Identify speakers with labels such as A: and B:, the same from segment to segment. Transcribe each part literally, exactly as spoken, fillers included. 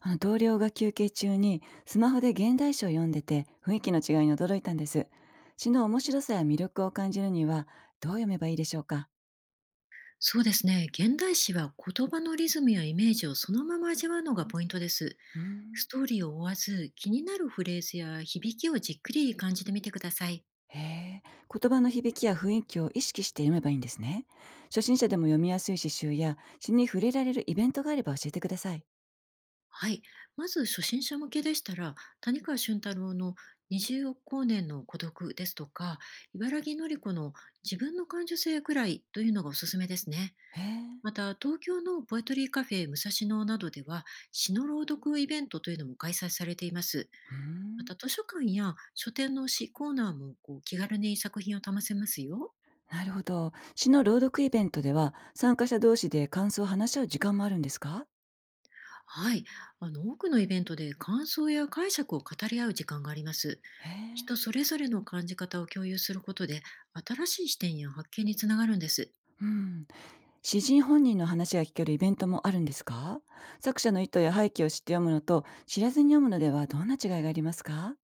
A: あの同僚が休憩中にスマホで現代詩を読んでて雰囲気の違いに驚いたんです。詩の面白さや魅力を感じるにはどう読めばいいでしょうか？
B: そうですね。現代詩は言葉のリズムやイメージをそのまま味わうのがポイントです。
A: うーん。
B: ストーリーを追わず、気になるフレーズや響きをじっくり感じてみてください。
A: へえ、言葉の響きや雰囲気を意識して読めばいいんですね。初心者でも読みやすい詩集や詩に触れられるイベントがあれば教えてください。
B: はい。まず初心者向けでしたら、谷川俊太郎のにじゅうおく光年の孤独ですとか、茨城のり子の自分の感受性くらいというのがおすすめですね。
A: へえ、
B: また、東京のポエトリーカフェ武蔵野などでは、詩の朗読イベントというのも開催されています。
A: うー
B: ま
A: ん。
B: た、図書館や書店の詩コーナーもこう気軽に作品を試せますよ。
A: なるほど。詩の朗読イベントでは参加者同士で感想を話し合う時間もあるんですか？
B: はい。あの、多くのイベントで感想や解釈を語り合う時間があります。
A: へえ、
B: 人それぞれの感じ方を共有することで、新しい視点や発見につながるんです。
A: うん。詩人本人の話が聞けるイベントもあるんですか？作者の意図や背景を知って読むのと知らずに読むのではどんな違いがありますか？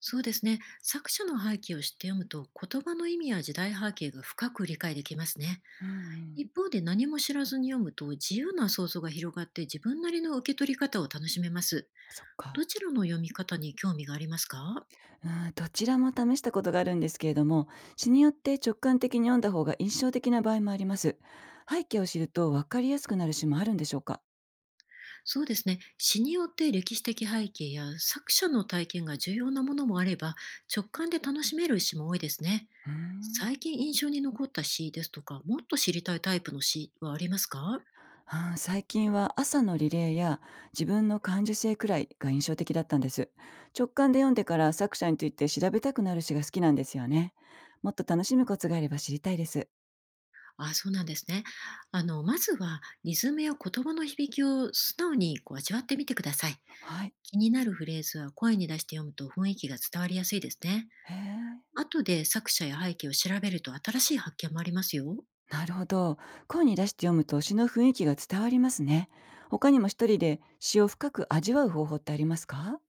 B: そうですね。作者の背景を知って読むと、言葉の意味や時代背景が深く理解できますね。
A: うんうん。
B: 一方で、何も知らずに読むと、自由な想像が広がって自分なりの受け取り方を楽しめます。
A: あそっ
B: ど
A: か。
B: ちらの読み方に興味がありますか？
A: うん、どちらも試したことがあるんですけれども、詩によって直感的に読んだ方が印象的な場合もあります。背景を知ると分かりやすくなる詩もあるんでしょうか？
B: そうですね。詩によって歴史的背景や作者の体験が重要なものもあれば、直感で楽しめる詩も多いですね。
A: うーん。
B: 最近印象に残った詩ですとか、もっと知りたいタイプの詩はありますか？
A: あー最近は朝のリレーや自分の感受性くらいが印象的だったんです。直感で読んでから作者について調べたくなる詩が好きなんですよね。もっと楽しむコツがあれば知りたいです。
B: あ、そうなんですね。あの、まずはリズムや言葉の響きを素直にこう味わってみてください。
A: はい。
B: 気になるフレーズは声に出して読むと雰囲気が伝わりやすいですね。
A: へえ。
B: 後で作者や背景を調べると新しい発見もありますよ。
A: なるほど。声に出して読むと詩の雰囲気が伝わりますね。他にもひとりで詩を深く味わう方法ってありますか？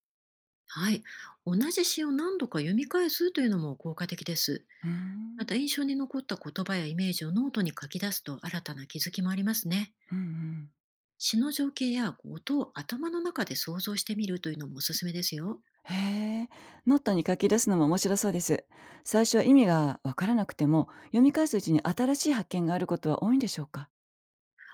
B: はい。同じ詩を何度か読み返すというのも効果的です。
A: うー
B: ま
A: ん。
B: た、印象に残った言葉やイメージをノートに書き出すと新たな気づきもありますね。
A: うんうん。
B: 詩の情景や音を頭の中で想像してみるというのもおすすめですよ。
A: へえ、ノットに書き出すのも面白そうです。最初は意味がわからなくても、読み返すうちに新しい発見があることは多いんでしょうか？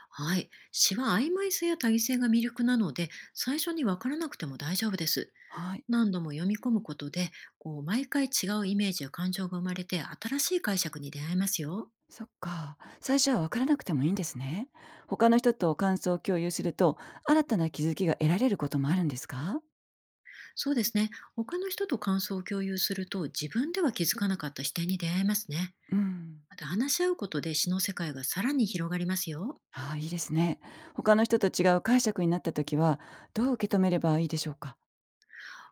B: はい。詩は曖昧性や多義性が魅力なので、最初にわからなくても大丈夫です。
A: はい。
B: 何度も読み込むことで、こう毎回違うイメージや感情が生まれて新しい解釈に出会えますよ。
A: そっか。最初はわからなくてもいいんですね。他の人と感想を共有すると、新たな気づきが得られることもあるんですか？
B: そうですね。他の人と感想を共有すると、自分では気づかなかった視点に出会えますね。
A: うん。
B: また、話し合うことで詩の世界がさらに広がりますよ。
A: ああ、いいですね。他の人と違う解釈になった時は、どう受け止めればいいでしょうか？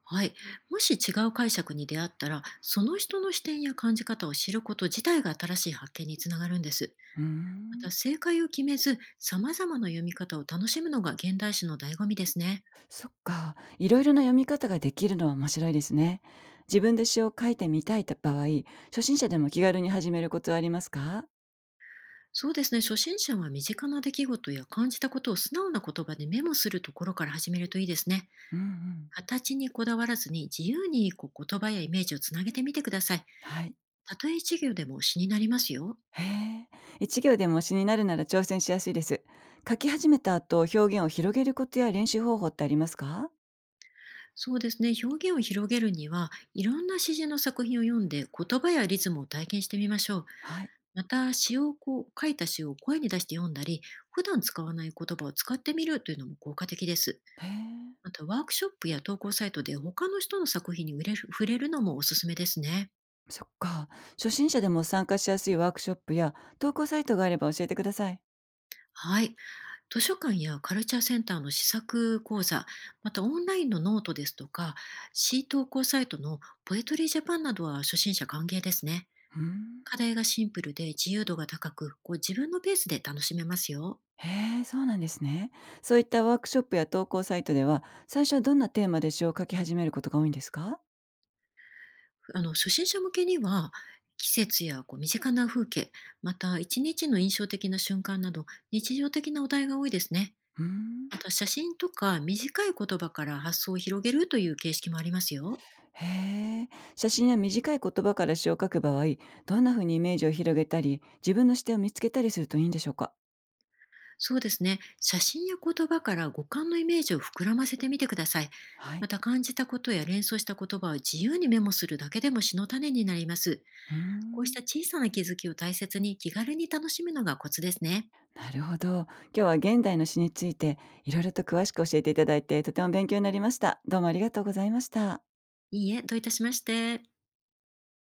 B: はい。もし違う解釈に出会ったら、その人の視点や感じ方を知ること自体が新しい発見につながるんです。
A: うー
B: また、
A: ん。
B: 正解を決めず、様々な読み方を楽しむのが現代詩の醍醐味ですね。
A: そっか。いろいろな読み方ができるのは面白いですね。自分で詩を書いてみたい場合、初心者でも気軽に始めるコツはありますか？
B: そうですね。初心者は身近な出来事や感じたことを素直な言葉でメモするところから始めるといいですね。
A: うんうん。
B: 形にこだわらずに自由にこう言葉やイメージをつなげてみてください。
A: はい。
B: たとえ一行でも詩になりますよ。
A: へえ。いちぎょうでも詩になるなら挑戦しやすいです。書き始めた後、表現を広げるコツや練習方法ってありますか？
B: そうですね。表現を広げるには、いろんな詩人の作品を読んで言葉やリズムを体験してみましょう。
A: はい。
B: また、詩をこう、書いた詩を声に出して読んだり、普段使わない言葉を使ってみるというのも効果的です。
A: へえ。
B: また、ワークショップや投稿サイトで他の人の作品に触れる触れるのもおすすめですね。
A: そっか。初心者でも参加しやすいワークショップや投稿サイトがあれば教えてください。
B: はい。図書館やカルチャーセンターの試作講座、またオンラインのノートですとか、C 投稿サイトのポエトリージャパンなどは初心者歓迎ですね。
A: うん。
B: 課題がシンプルで自由度が高く、こう自分のペースで楽しめますよ。
A: へえ、そうなんですね。そういったワークショップや投稿サイトでは、最初はどんなテーマで詩を書き始めることが多いんですか？
B: あの初心者向けには、季節やこう身近な風景、また一日の印象的な瞬間など、日常的なお題が多いですね。
A: うーん。
B: また、写真とか短い言葉から発想を広げるという形式もありますよ。
A: へえ。写真や短い言葉から詩を書く場合、どんな風にイメージを広げたり、自分の視点を見つけたりするといいんでしょうか？
B: そうですね。写真や言葉から五感のイメージを膨らませてみてください。
A: はい。
B: また、感じたことや連想した言葉を自由にメモするだけでも詩の種になります。
A: うー
B: こうし
A: ん。
B: た小さな気づきを大切に気軽に楽しむのがコツですね。
A: なるほど。今日は現代の詩について、いろいろと詳しく教えていただいて、とても勉強になりました。どうもありがとうございました。
B: いいえ、どういたしまして。